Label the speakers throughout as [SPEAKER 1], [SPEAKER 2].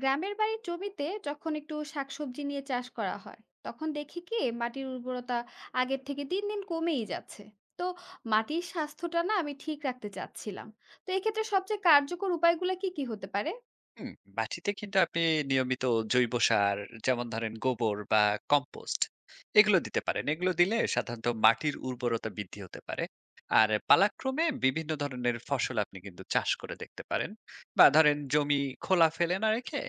[SPEAKER 1] গ্রামের বাড়ির জমিতে যখন একটু শাকসবজি নিয়ে চাষ করা হয়, তখন দেখি কি মাটির উর্বরতা আগের থেকে দিন দিন কমেই যাচ্ছে। তো মাটির স্বাস্থ্যটা না আমি ঠিক রাখতে চাচ্ছিলাম। তো এক্ষেত্রে সবচেয়ে কার্যকর উপায়গুলো কি কি হতে পারে?
[SPEAKER 2] হুম, মাটিতে কিন্তু আপনি নিয়মিত জৈব সার যেমন ধরেন গোবর বা কম্পোস্ট এগুলো দিতে পারেন। এগুলো দিলে সাধারণত মাটির উর্বরতা বৃদ্ধি হতে পারে। আর পালাক্রমে বিভিন্ন ধরনের ফসল আপনি কিন্তু চাষ করে দেখতে পারেন, বা ধরেন জমি খোলা ফেলে না রেখে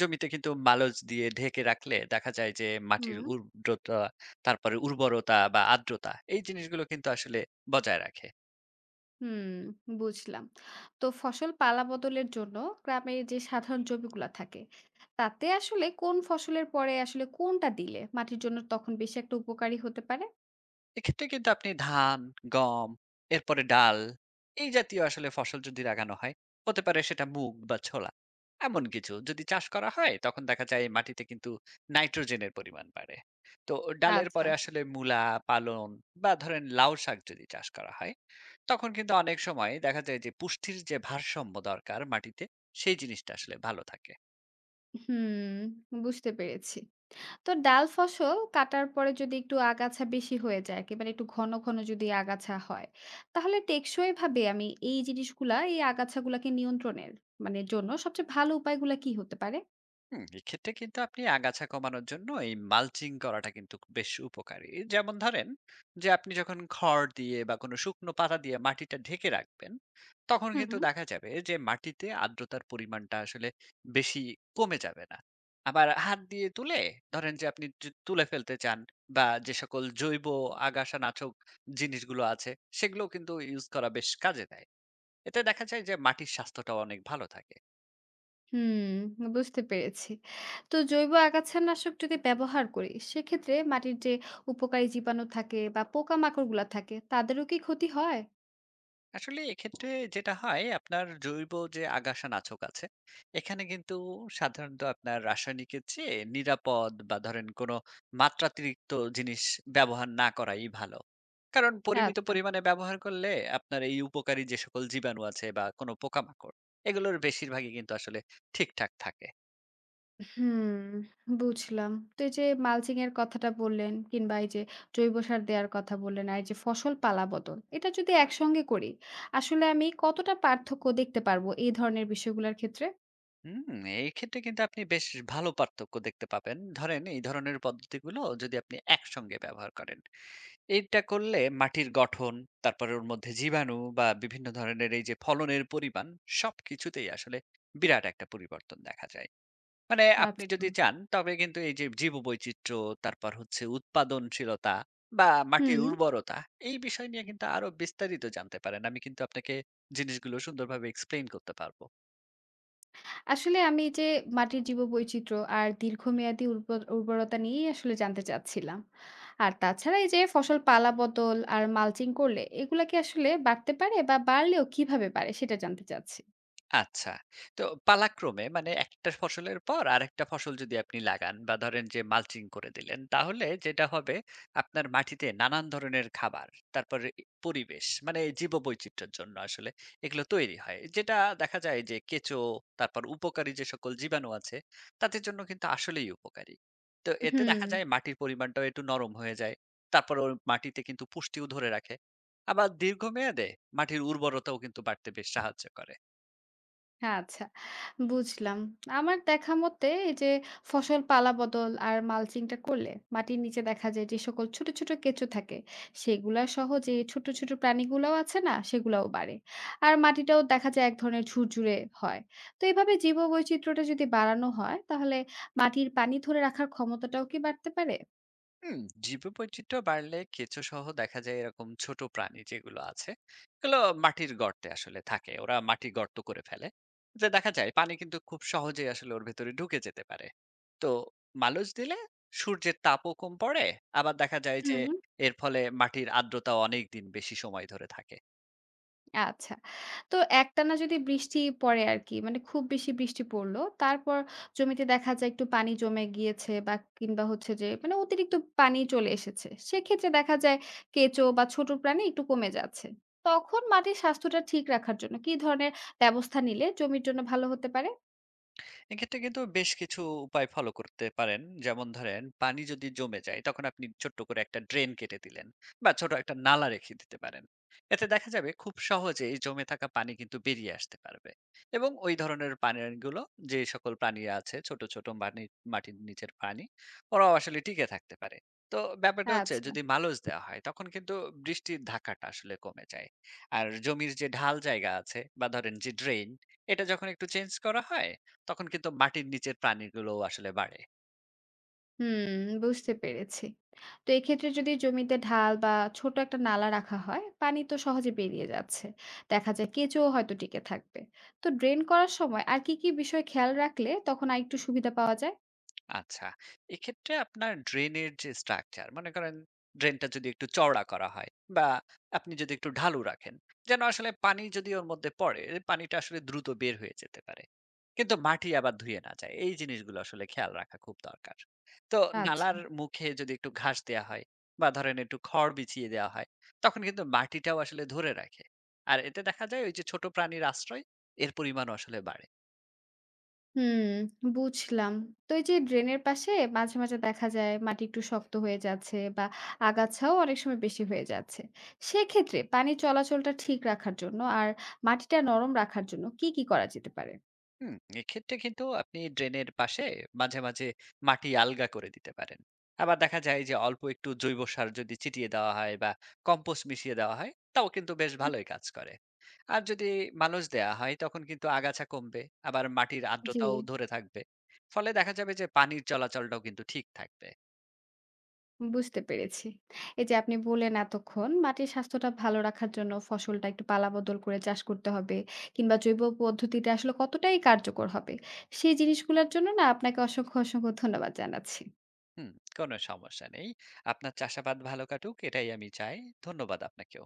[SPEAKER 2] জমিতে কিন্তু মালচ দিয়ে ঢেকে রাখলে দেখা যায় যে মাটির
[SPEAKER 1] হুম,
[SPEAKER 2] উর্বরতা, তারপরে উর্বরতা বা আর্দ্রতা এই জিনিসগুলো কিন্তু আসলে বজায় রাখে।
[SPEAKER 1] হুম, বুঝলাম। তো ফসল পালা বদলের জন্য গ্রামের যে সাধারণ জমিগুলো থাকে, তাতে আসলে কোন ফসলের পরে আসলে কোনটা দিলে মাটির জন্য তখন বেশি একটা উপকারী হতে পারে?
[SPEAKER 2] এক্ষেত্রে কিন্তু আপনি ধান, গম, এরপরে ডাল এই জাতীয় আসলে ফসল যদি লাগানো হয়, হতে পারে সেটা মুগ বা ছোলা। এমন কিছু যদি চাষ করা হয় তখন দেখা যায় মাটিতে কিন্তু নাইট্রোজেনের পরিমাণ বাড়ে। তো ডালের
[SPEAKER 1] আচ্ছা,
[SPEAKER 2] পরে আসলে মূলা, পালং বা ধরেন লাউ শাক যদি চাষ করা হয়, তখন কিন্তু অনেক সময় দেখা যায় যে পুষ্টির যে ভারসাম্য দরকার মাটিতে সেই জিনিসটা আসলে ভালো থাকে।
[SPEAKER 1] হুম, বুঝতে পেরেছি। তো ডাল ফসল কাটার পরে যদি একটু আগাছা বেশি হয়ে যায়, একেবারে একটু ঘন ঘন যদি আগাছা হয়, তাহলে টেকসই ভাবে আমি এই জিনিসগুলা, এই আগাছাগুলাকে নিয়ন্ত্রণের মানে জন্য সবচেয়ে ভালো উপায়গুলা কি হতে পারে?
[SPEAKER 2] হুম, এক্ষেত্রে কিন্তু আপনি আগাছা কমানোর জন্য এই মালচিং করাটা কিন্তু বেশ উপকারী। যেমন ধরেন যে আপনি যখন খড় দিয়ে বা কোনো শুকনো পাতা দিয়ে মাটিটা ঢেকে রাখবেন তখন
[SPEAKER 1] হুম,
[SPEAKER 2] কিন্তু দেখা যাবে যে মাটিতে আর্দ্রতার পরিমাণটা আসলে বেশি কমে যাবে না। আবার হাত দিয়ে তুলে, ধরেন যে আপনি যে তুলে ফেলতে চান, বা যে সকল জৈব আগাছা নাশক জিনিসগুলো আছে সেগুলো কিন্তু ইউজ করা বেশ কাজে দেয়। এতে দেখা যায় যে মাটির স্বাস্থ্যটাও অনেক ভালো থাকে।
[SPEAKER 1] হুম, বুঝতে পেরেছি। তো জৈব আগাছানাশক যদি ব্যবহার করি, সেক্ষেত্রে মাটির যে উপকারী জীবাণু থাকে বা পোকামাকড় গুলা থাকে, তাদেরও কি ক্ষতি হয়?
[SPEAKER 2] আসলে এক্ষেত্রে যেটা হয় আপনার জৈব যে আগাছা নাশক আছে এখানে কিন্তু সাধারণত আপনার রাসায়নিকের চেয়ে নিরাপদ, বা ধরেন কোনো মাত্রাতিরিক্ত জিনিস ব্যবহার না করাই ভালো। কারণ পরিমিত
[SPEAKER 1] আচ্ছা,
[SPEAKER 2] পরিমাণে ব্যবহার করলে আপনার এই উপকারী যে সকল জীবাণু আছে বা কোনো পোকামাকড়, এগুলোর বেশিরভাগই কিন্তু আসলে ঠিকঠাক থাকে।
[SPEAKER 1] হুম, বুঝলাম। তো এই যে মালচিং এর কথাটা বললেন, কিংবা এই যে জৈব সার দেওয়ার কথা বললেন, আর এই যে ফসল পালা বদল, এটা যদি একসঙ্গে করি আসলে আমি কতটা পার্থক্য দেখতে পারবো এই ধরনের বিষয়গুলোর ক্ষেত্রে?
[SPEAKER 2] হুম, এই ক্ষেত্রে কিন্তু আপনি বেশ ভালো পার্থক্য দেখতে পাবেন। ধরেন এই ধরনের পদ্ধতিগুলো যদি আপনি একসঙ্গে ব্যবহার করেন। এইটা করলে মাটির গঠন, তারপরে ওর মধ্যে জীবাণু বা বিভিন্ন ধরনের এই যে ফলনের পরিমাণ, সবকিছুতেই আসলে বিরাট একটা পরিবর্তন দেখা যায়। মানে আপনি
[SPEAKER 1] আচ্ছা,
[SPEAKER 2] যদি চান তবে কিন্তু এই যে জীববৈচিত্র্য, তারপর হচ্ছে উৎপাদনশীলতা বা মাটির
[SPEAKER 1] হুম,
[SPEAKER 2] উর্বরতা এই বিষয় নিয়ে কিন্তু আরো বিস্তারিত জানতে পারেন। আমি কিন্তু আপনাকে জিনিসগুলো সুন্দরভাবে এক্সপ্লেইন করতে পারবো।
[SPEAKER 1] আসলে আমি এই যে মাটির জীববৈচিত্র্য আর দীর্ঘমেয়াদী উর্বরতা নিয়েই আসলে জানতে চাচ্ছিলাম। আর তাছাড়া এই যে ফসল পালা বদল আর মালচিং করলে এগুলা কি আসলে বাড়তে পারে, বা বাড়লেও কিভাবে বাড়ে সেটা জানতে চাচ্ছি।
[SPEAKER 2] আচ্ছা। তো পালাক্রমে মানে একটা ফসলের পর আরেকটা ফসল যদি আপনি লাগান বা ধরেন যে মালচিং করে দিলেন, তাহলে যেটা হবে আপনার মাটিতে নানান ধরনের খাবার, তারপরে এ পরিবেশ মানে জীববৈচিত্র্যের জন্য আসলে এগুলো তৈরি হয়। যেটা দেখা যায় যে কেঁচো, তারপর উপকারী যে সকল জীবাণু আছে, তাদের জন্য কিন্তু আসলেই উপকারী। তো এতে
[SPEAKER 1] হুম।
[SPEAKER 2] দেখা যায় মাটির পরিমাণটাও একটু নরম হয়ে যায়। তারপর ওর মাটিতে কিন্তু পুষ্টিও ধরে রাখে। আবার দীর্ঘমেয়াদে মাটির উর্বরতাও কিন্তু বাড়তে বেশ সাহায্য করে।
[SPEAKER 1] আচ্ছা, বুঝলাম। আমার দেখা মতে এই যে ফসল পালা-বদল আর মালচিংটা করলে মাটির নিচে দেখা যায় যে সকল ছোট, ছোট কেঁচো থাকে, সেগুলা সহ যে ছোট, ছোট প্রাণীগুলাও আছে না? সেগুলাও বাড়ে। আর মাটিটাও দেখা যায় এক ধরনের ঝুরঝুরে হয়। তো এভাবে জীববৈচিত্র্যটা যদি বাড়ানো হয়, তাহলে মাটির পানি ধরে রাখার ক্ষমতাটাও কি বাড়তে পারে?
[SPEAKER 2] হুম, জীববৈচিত্র্য বাড়লে কেঁচো সহ দেখা যায় এরকম ছোট প্রাণী যেগুলো আছে এগুলো মাটির গর্তে আসলে থাকে। ওরা মাটির গর্ত করে ফেলে, যে দেখা যায় পানি কিন্তু খুব সহজেই আসলে ওর ভেতরে ঢুকে যেতে পারে। তো মালচ দিলে সূর্যের তাপও কম পড়ে, আবার দেখা যায় যে
[SPEAKER 1] হুম,
[SPEAKER 2] এর ফলে মাটির আর্দ্রতা অনেক দিন বেশি সময় ধরে থাকে।
[SPEAKER 1] আচ্ছা। তো একটানা যদি বৃষ্টি পড়ে আরকি, মানে খুব বেশি বৃষ্টি পড়ল। তারপর জমিতে দেখা যায় একটু পানি জমে গিয়েছে, বা কিংবা হচ্ছে যে মানে অতিরিক্ত পানি চলে এসেছে। সেক্ষেত্রে দেখা যায় কেঁচো বা ছোট প্রাণী একটু কমে যাচ্ছে। তখন মাটির স্বাস্থ্যটা ঠিক রাখার জন্য কি ধরনের ব্যবস্থা নিলে জমির জন্য ভালো হতে পারে?
[SPEAKER 2] এক্ষেত্রে কিন্তু বেশ কিছু উপায় ফলো করতে পারেন। যেমন ধরেন পানি যদি জমে যায় তখন আপনি ছোট্ট করে একটা ড্রেন কেটে দিলেন বা ছোট একটা নালা রেখে দিতে পারেন। এতে দেখা যাবে খুব সহজে এই জমে থাকা পানি কিন্তু বেরিয়ে আসতে পারবে, এবং ওই ধরনের পানিগুলো, যে সকল প্রাণী আছে ছোট ছোট পানি মাটির নিচের প্রাণী, ওরাও আসলে টিকে থাকতে পারে। তো ব্যাপারটা হচ্ছে
[SPEAKER 1] আচ্ছা,
[SPEAKER 2] যদি মালচ দেওয়া হয় তখন কিন্তু বৃষ্টির ধাক্কাটা আসলে কমে যায়। আর জমির যে ঢাল জায়গা আছে বা ধরেন যে ড্রেন, এটা যখন একটু চেঞ্জ করা হয় তখন কিন্তু মাটির নিচের প্রাণীগুলোও আসলে বাড়ে।
[SPEAKER 1] হুম, বুঝতে পেরেছি। তো এক্ষেত্রে যদি জমিতে ঢাল বা ছোট একটা নালা রাখা হয়, পানি তো সহজে বেরিয়ে যাচ্ছে। দেখা যায় কেঁচোও হয়তো টিকে থাকবে। তো ড্রেন করার সময় আর কি, কি বিষয় খেয়াল রাখলে তখন আরেকটু সুবিধা পাওয়া যায়?
[SPEAKER 2] আচ্ছা। এক্ষেত্রে আপনার ড্রেনের যে স্ট্রাকচার মনে করেন, ড্রেনটা যদি একটু চওড়া করা হয় বা আপনি যদি একটু ঢালু রাখেন, যেন আসলে পানি যদি ওর মধ্যে পড়ে, পানিটা আসলে দ্রুত বের হয়ে যেতে পারে, কিন্তু মাটি আবার ধুয়ে না যায়। এই জিনিসগুলো আসলে খেয়াল রাখা খুব দরকার। তো
[SPEAKER 1] আচ্ছা,
[SPEAKER 2] নালার মুখে যদি একটু ঘাস দেয়া হয় বা ধরেন একটু খড় বিছিয়ে দেওয়া হয়, তখন কিন্তু মাটিটাও আসলে ধরে রাখে। আর এতে দেখা যায় ওই যে ছোট প্রাণীর আশ্রয়, এর পরিমাণও আসলে বাড়ে।
[SPEAKER 1] হুম, বুঝলাম। তো এই যে ড্রেনের পাশে মাঝে, মাঝে দেখা যায় মাটি একটু শক্ত হয়ে যাচ্ছে, বা আগাছাও অনেক সময় বেশি হয়ে যাচ্ছে। সেক্ষেত্রে পানি চলাচলটা ঠিক রাখার জন্য আর মাটিটা নরম রাখার জন্য কি, কি করা যেতে পারে?
[SPEAKER 2] হুম, এক্ষেত্রে কিন্তু আপনি ড্রেনের পাশে মাঝে মাঝে মাটি আলগা করে দিতে পারেন। আবার দেখা যায় যে অল্প একটু জৈব সার যদি ছিটিয়ে দেওয়া হয় বা কম্পোস্ট মিশিয়ে দেওয়া হয় তাও কিন্তু বেশ
[SPEAKER 1] হুম।
[SPEAKER 2] ভালোই কাজ করে। আর যদি মানুষ দেয়া হয় তখন কিন্তু আগাছা কমবে, আবার মাটির
[SPEAKER 1] জি।
[SPEAKER 2] আর্দ্রতাও ধরে থাকবে। ফলে দেখা যাবে যে পানির চলাচলটাও কিন্তু ঠিক থাকবে।
[SPEAKER 1] বুঝতে পেরেছি। এই যে আপনি বললেন এতক্ষণ, মাটির স্বাস্থ্যটা ভালো রাখার জন্য ফসলটা একটু পালাবদল করে চাষ করতে হবে, কিংবা জৈব পদ্ধতিতে আসলে কতটাই কার্যকর হবে। সেই জিনিসগুলোর জন্য না আপনাকে অসংখ্য, অসংখ্য ধন্যবাদ জানাচ্ছি।
[SPEAKER 2] হুম, কোনো সমস্যা নেই। আপনার চাষাবাদ ভালো কাটুক এটাই আমি চাই। ধন্যবাদ আপনাকেও।